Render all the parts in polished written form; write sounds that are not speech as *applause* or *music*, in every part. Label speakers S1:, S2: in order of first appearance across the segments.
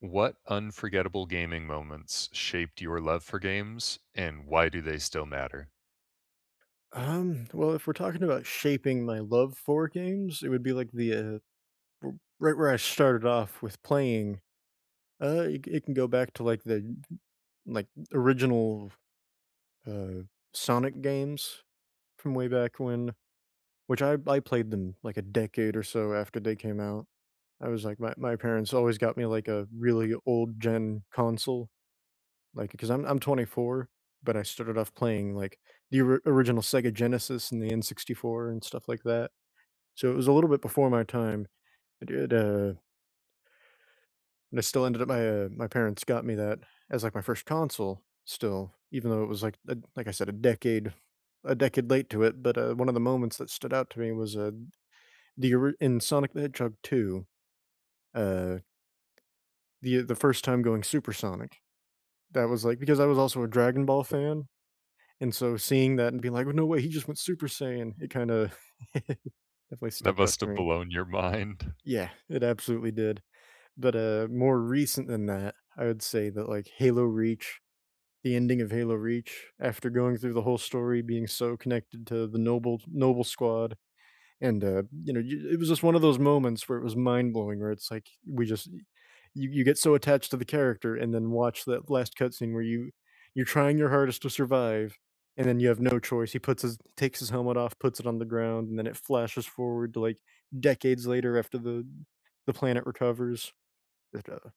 S1: What unforgettable gaming moments shaped your love for games, and why do they still matter?
S2: Well, if we're talking about shaping my love for games, it would be like the right where I started off with playing. It can go back to like the like original uh Sonic games from way back when, which I played them like a decade or so after they came out. I was like my parents always got me like a really old gen console, like because I'm 24, but I started off playing like original Sega Genesis and the N64 and stuff like that. So it was a little bit before my time. I did, and I still ended up my parents got me that as like my first console still, even though it was like like I said, a decade late to it. But one of the moments that stood out to me was in Sonic the Hedgehog two, uh, the first time going supersonic. That was like because I was also a Dragon Ball fan, and so seeing that and being like, well, no way, he just went Super Saiyan. It kind of *laughs* definitely
S1: That
S2: stuck out
S1: must
S2: to
S1: have
S2: me.
S1: blown your *laughs* mind.
S2: Yeah, it absolutely did. But, more recent than that, I would say that, like, Halo Reach, the ending of Halo Reach, after going through the whole story, being so connected to the Noble Squad, and, you know, you it was just one of those moments where it was mind-blowing, where it's like, we just you you get so attached to the character and then watch that last cutscene where you're trying your hardest to survive, and then you have no choice. He puts his takes his helmet off, puts it on the ground, and then it flashes forward to, like, decades later after the planet recovers. It, uh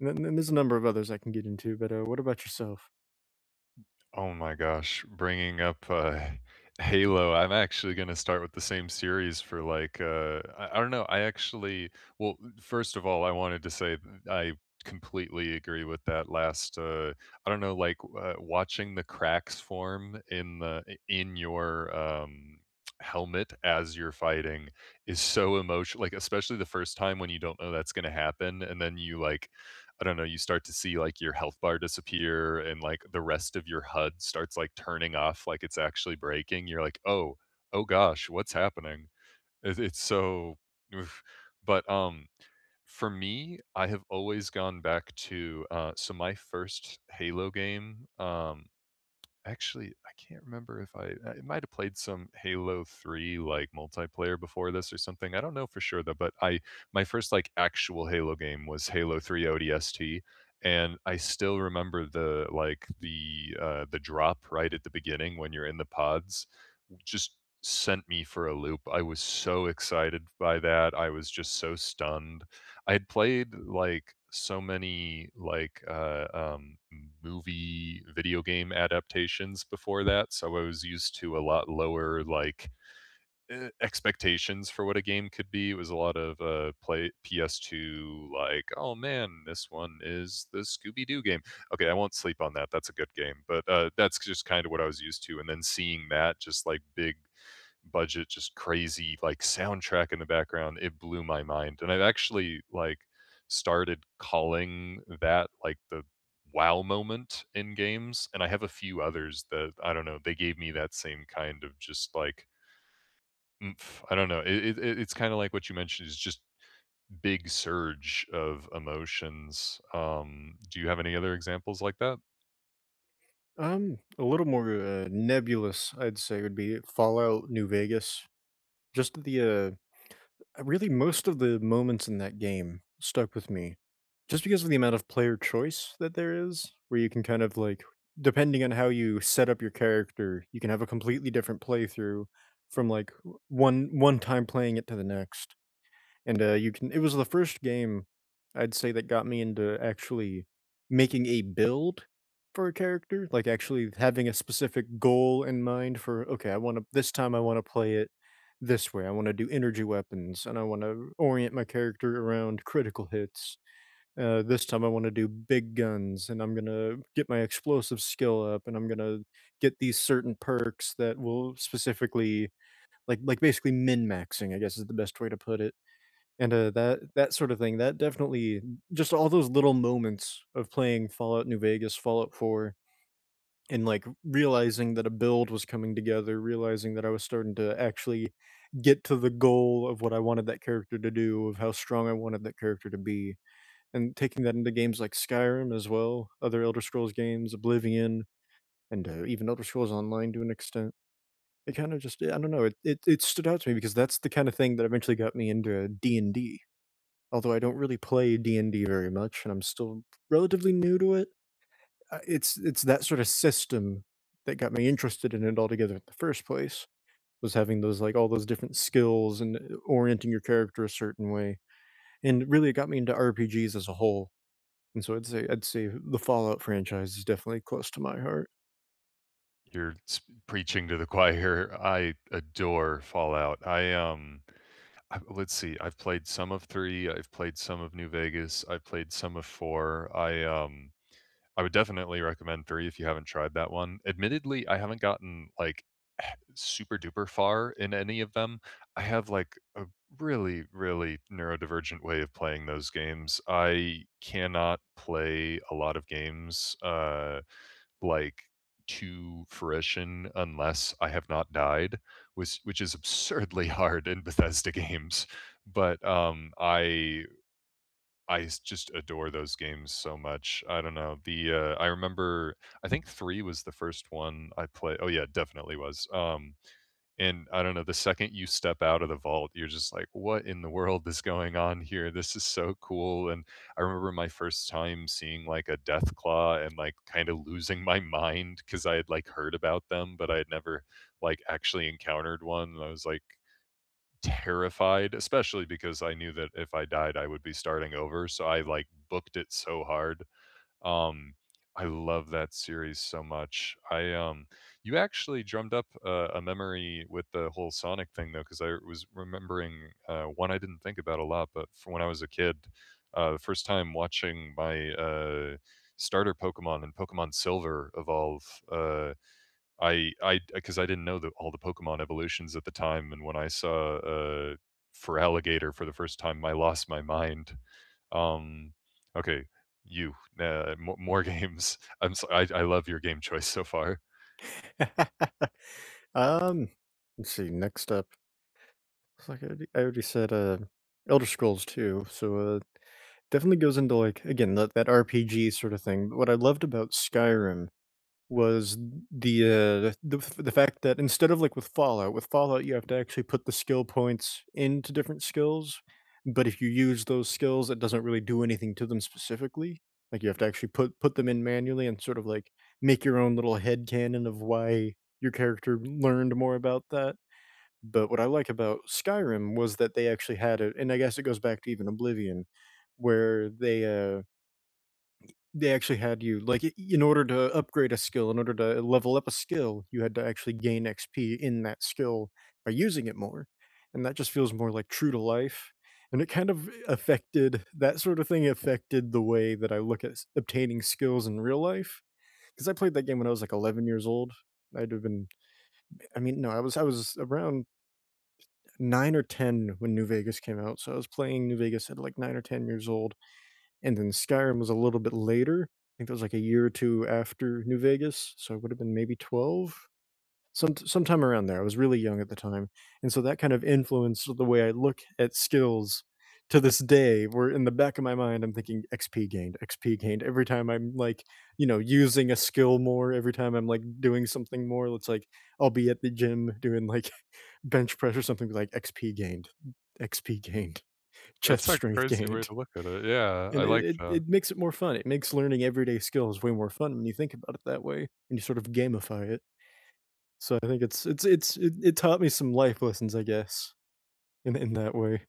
S2: and then and there's a number of others I can get into, but, what about yourself?
S1: Oh my gosh, bringing up, *laughs* Halo, I'm actually gonna start with the same series for, like, I don't know, I, first of all, I wanted to say th I completely agree with that last. I don't know, watching the cracks form in the in your, helmet as you're fighting is so emotional. Like, especially the first time when you don't know that's gonna happen, and then you, like, I don't know, you start to see, like, your health bar disappear and, like, the rest of your HUD starts, like, turning off like it's actually breaking. You're like, "Oh, oh gosh, what's happening?" It's so oof. But, um, for me, I have always gone back to, so my first Halo game, actually, I can't remember if I might've played some Halo 3, like, multiplayer before this or something, I don't know for sure, though, but I my first, like, actual Halo game was Halo 3 ODST, and I still remember the drop right at the beginning when you're in the pods, just sent me for a loop. I was so excited by that. I was just so stunned. I had played, like, so many, like, movie video game adaptations before that, so I was used to a lot lower, like, eh, expectations for what a game could be. It was a lot of, play PS2, like, "Oh, man, this one is the Scooby-Doo game." Okay, I won't sleep on that, that's a good game, but that's just kinda what I was used to, and then seeing that just, like, big budget, just crazy, like, soundtrack in the background, it blew my mind, and I've actually, like, started calling that, like, the wow moment in games, and I have a few others that, I don't know, they gave me that same kind of just, like, oomph, I don't know, it's kinda like what you mentioned, is just big surge of emotions. Do you have any other examples like that?
S2: A little more, nebulous, I'd say, would be Fallout New Vegas. Just most of the moments in that game stuck with me just because of the amount of player choice that there is, where you can kind of, depending on how you set up your character, you can have a completely different playthrough from, like, one time playing it to the next. And, you can it was the first game I'd say that got me into actually making a build for a character, like, actually having a specific goal in mind for, "Okay, I wanna this time I wanna play it this way. I wanna do energy weapons, and I wanna orient my character around critical hits. This time I wanna do big guns, and I'm gonna get my explosive skill up, and I'm gonna get these certain perks that will specifically," basically min-maxing, I guess, is the best way to put it. And, that sort of thing, that definitely just all those little moments of playing Fallout New Vegas, Fallout 4, and, like, realizing that a build was coming together, realizing that I was starting to actually get to the goal of what I wanted that character to do, of how strong I wanted that character to be, and taking that into games like Skyrim as well, other Elder Scrolls games, Oblivion, and, even Elder Scrolls Online to an extent. It kinda just I don't know, it stood out to me because that's the kinda thing that eventually got me into D&D, although I don't really play D&D very much and I'm still relatively new to it. It's that sort of system that got me interested in it altogether in the first place, was having those like all those different skills and orienting your character a certain way. And really it got me into RPGs as a whole. And so I'd say the Fallout franchise is definitely close to my heart.
S1: You're s Preaching to the *laughs* choir, I adore Fallout. I let's see, I've played some of 3, I've played some of New Vegas, I've played some of 4. I would definitely recommend 3 if you haven't tried that one. Admittedly, I haven't gotten, like, *sighs* super duper far in any of them. I have, like, a really, really neurodivergent way of playing those games. I cannot play a lot of games, like to fruition unless I have not died, which is absurdly *laughs* hard in Bethesda games. But I s- just adore those games so much. I don't know. The I remember I think three was the first one I played. Oh yeah, definitely was. And I don't know, the second you step out of the vault, you're just like, "What in the world is going on here? This is so cool." And I remember my first time seeing, like, a Deathclaw and, like, kinda losing my mind because I had, like, heard about them, but I had never, like, actually encountered one, and I was, like, terrified, especially because I knew that if I died, I would be starting over, so I, like, booked it so hard. Um, I love that series so much. I You actually drummed up a memory with the whole Sonic thing though, because I was remembering one I didn't think about a lot, but from when I was a kid, the first time watching my starter Pokemon and Pokemon Silver evolve, uh, I because I didn't know the, all the Pokemon evolutions at the time, and when I saw for alligator for the first time, I lost my mind. Um, okay, you, mo more games. *laughs* I'm so I love your game choice so far.
S2: *laughs* um let's see, next up. It's like I already said Elder Scrolls 2, so definitely goes into like again that RPG sort of thing. But what I loved about Skyrim was the fact that instead of like with Fallout you have to actually put the skill points into different skills, but if you use those skills, it doesn't really do anything to them specifically. Like you have to actually put them in manually and sort of like make your own little head canon of why your character learned more about that. But what I like about Skyrim was that they actually had it, and I guess it goes back to even Oblivion, where they actually had you in order to upgrade a skill, in order to level up a skill, you had to actually gain XP in that skill by using it more, and that just feels more like true to life. And it kind of affected that sort of thing affected the way that I look at obtaining skills in real life because I played that game when I was like 11 years old. I'd have been, I mean, no, I was around 9 or 10 when New Vegas came out, so I was playing New Vegas at, like, 9 or 10 years old, and then Skyrim was a little bit later. I think that was, like, a year or 2 after New Vegas, so I would've been maybe 12? Sometime around there, I was really young at the time, and so that kind of influenced the way I look at skills to this day, where in the back of my mind, I'm thinking, "XP gained, XP gained." Every time I'm, like, you know, using a skill more, every time I'm, like, doing something more, it's like, I'll be at the gym doing, like, bench press or something, be like XP gained, XP gained, *laughs*
S1: That's
S2: chest
S1: a
S2: strength
S1: crazy way
S2: gained.
S1: to look at it. Yeah, I
S2: And it,
S1: like
S2: it,
S1: that.
S2: it makes it more fun. It makes learning everyday skills way more fun when you think about it that way and you sort of gamify it. So I think it taught me some life lessons, I guess, in that way.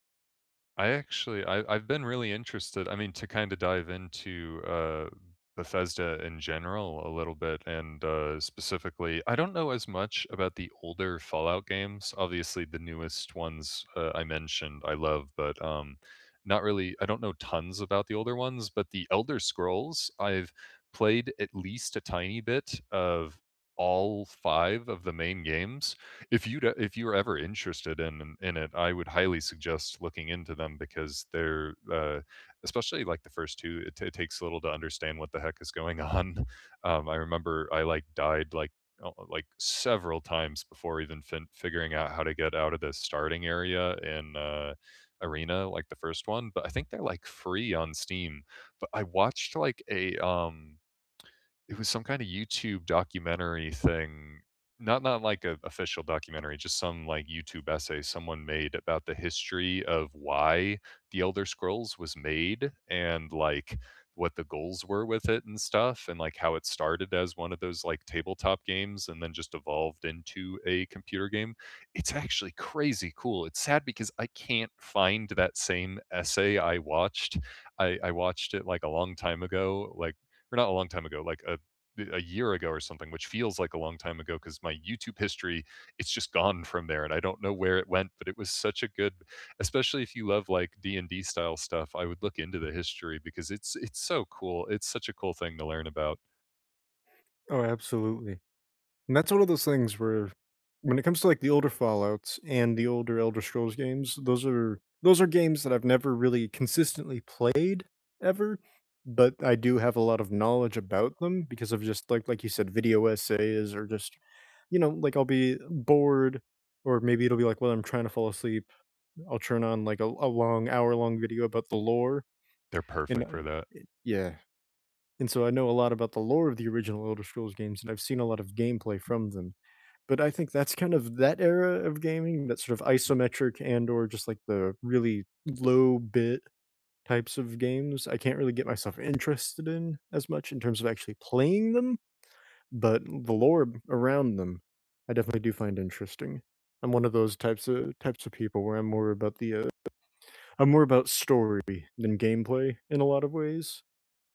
S1: I've been really interested, I mean, to kinda dive into, Bethesda in general a little bit and, specifically I don't know as much about the older Fallout games. Obviously, the newest ones, I mentioned I love, but not really I don't know tons about the older ones, but the Elder Scrolls, I've played at least a tiny bit of all 5 of the main games, if you if you're ever interested in it, I would highly suggest looking into them because especially, like, the first 2, it takes a little to understand what the heck is going *laughs* on. I remember I, like, died, like, several times before even fin figuring out how to get out of the starting area in, Arena, like the first one, but I think they're, like, free on Steam. But I watched, like, it was some kinda YouTube documentary thing, not like a official documentary, just some, like, YouTube essay someone made about the history of why The Elder Scrolls was made and, like, what the goals were with it and stuff, and, like, how it started as one of those, like, tabletop games and then just evolved into a computer game. It's actually crazy cool. It's sad because I can't find that same essay I watched. I watched it, like, a long time ago, or not a long time ago, like, a year ago or something, which feels like a long time ago because my YouTube history, it's just gone from there, and I don't know where it went. But it was such a good, especially if you love like D and D style stuff. I would look into the history because it's so cool. It's such a cool thing to learn about.
S2: Oh, absolutely. And that's one of those things where when it comes to like the older Fallouts and the older Elder Scrolls games, those are games that I've never really consistently played ever, but I do have a lot of knowledge about them because of just like you said, video essays or just you know, like I'll be bored or maybe it'll be like, well, I'm trying to fall asleep. I'll turn on like a long hour long video about the lore
S1: They're
S2: and
S1: perfect for that.
S2: yeah. And so I know a lot about the lore of the original Elder Scrolls games and I've seen a lot of gameplay from them, but I think that's kind of that era of gaming, that sort of isometric and or just like the really low bit types of games, I can't really get myself interested in as much in terms of actually playing them, but the lore around them, I definitely do find interesting. I'm one of those types of people where I'm more about story than gameplay in a lot of ways.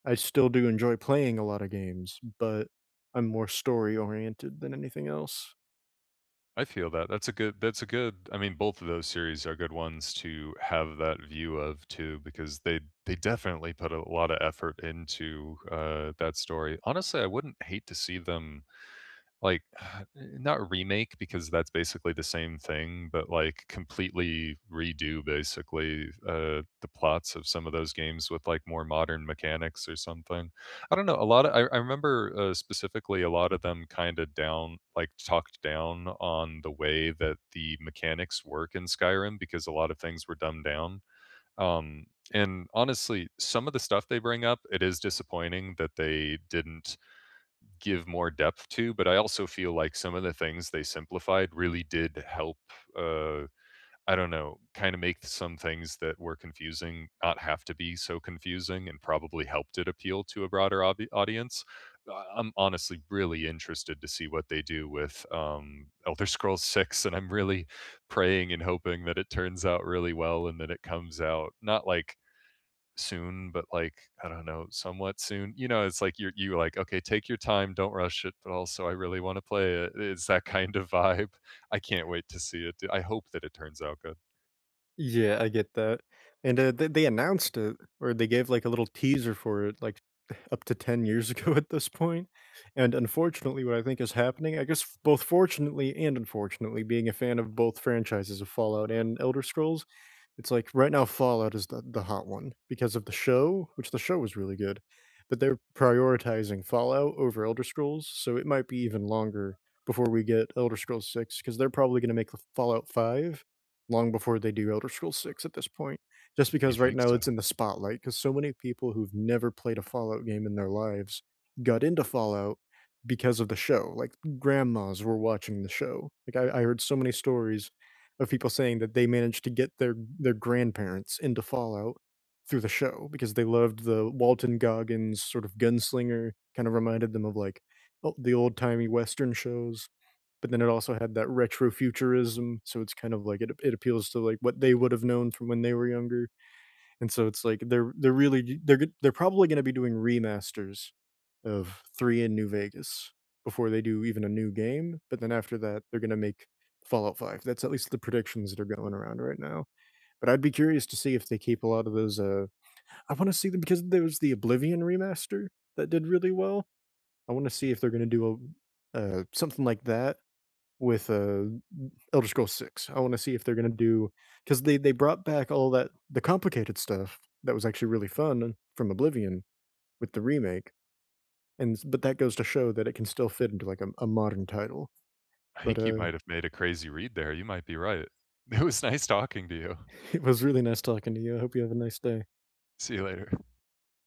S2: I still do enjoy playing a lot of games, but I'm more story oriented than anything else.
S1: I feel that. That's a good I mean both of those series are good ones to have that view of too because they definitely put a lot of effort into that story. Honestly, I wouldn't hate to see them like, *sighs* not remake because that's basically the same thing, but, like, completely redo basically, the plots of some of those games with, like, more modern mechanics or something. I don't know, a lotta I remember, specifically a lot of them talked down on the way that the mechanics work in Skyrim because a lot of things were dumbed down. Um, and honestly, some of the stuff they bring up, it is disappointing that they didn't give more depth to, but I also feel like some of the things they simplified really did help, uh, I don't know, kind of make some things that were confusing not have to be so confusing and probably helped it appeal to a audience. I'm honestly really interested to see what they do with Elder Scrolls 6, and I'm really praying and hoping that it turns out really well and that it comes out not like soon, but like, I don't know, somewhat soon. You know, it's like you like, okay, take your time, don't rush it, but also I really want to play it. It's that kind of vibe. *laughs* I can't wait to see it. I hope that it turns out good.
S2: Yeah, I get that, and, they announced it, or they gave, like, a little teaser for it, like, *laughs* up to 10 years *laughs* ago at this point. And unfortunately, what I think is happening, I guess both fortunately and unfortunately, being a fan of both franchises of Fallout and Elder Scrolls, it's like right now Fallout is the hot one because of the show, which the show was really good, but they're prioritizing Fallout over Elder Scrolls, so it might be even longer before we get Elder Scrolls Six, because 'cause they're probably gonna make Fallout 5 long before they do Elder Scrolls 6 at this point, just
S1: You
S2: because right
S1: think
S2: now
S1: so?
S2: it's in the spotlight because so many people who've never played a Fallout game in their lives got into Fallout because of the show, like grandmas were watching the show. Like I heard so many stories of people saying that they managed to get their grandparents into Fallout through the show because they loved the Walton Goggins sort of gunslinger, kind of reminded them of like the old timey Western shows. But then it also had that retro futurism, so it's kind of like it appeals to like what they would have known from when they were younger, and so it's like they're really they're g- they're probably going to be doing remasters of three in New Vegas before they do even a new game. But then after that, they're going to make Fallout 5. That's at least the predictions that are going around right now. But I'd be curious to see if they keep a lot of those. I want to see them because there was the Oblivion remaster that did really well. I want to see if they're going to do a something like that with Elder Scrolls 6. I want to see if they're going to do because they brought back all that the complicated stuff that was actually really fun from Oblivion with the remake, and s but that goes to show that it can still fit into, like, a modern title.
S1: I
S2: But,
S1: think you might have made a crazy read there. You might be right. *laughs* It was nice talking to you.
S2: *laughs* it was really nice talking to you. I hope you have a nice day.
S1: See you later.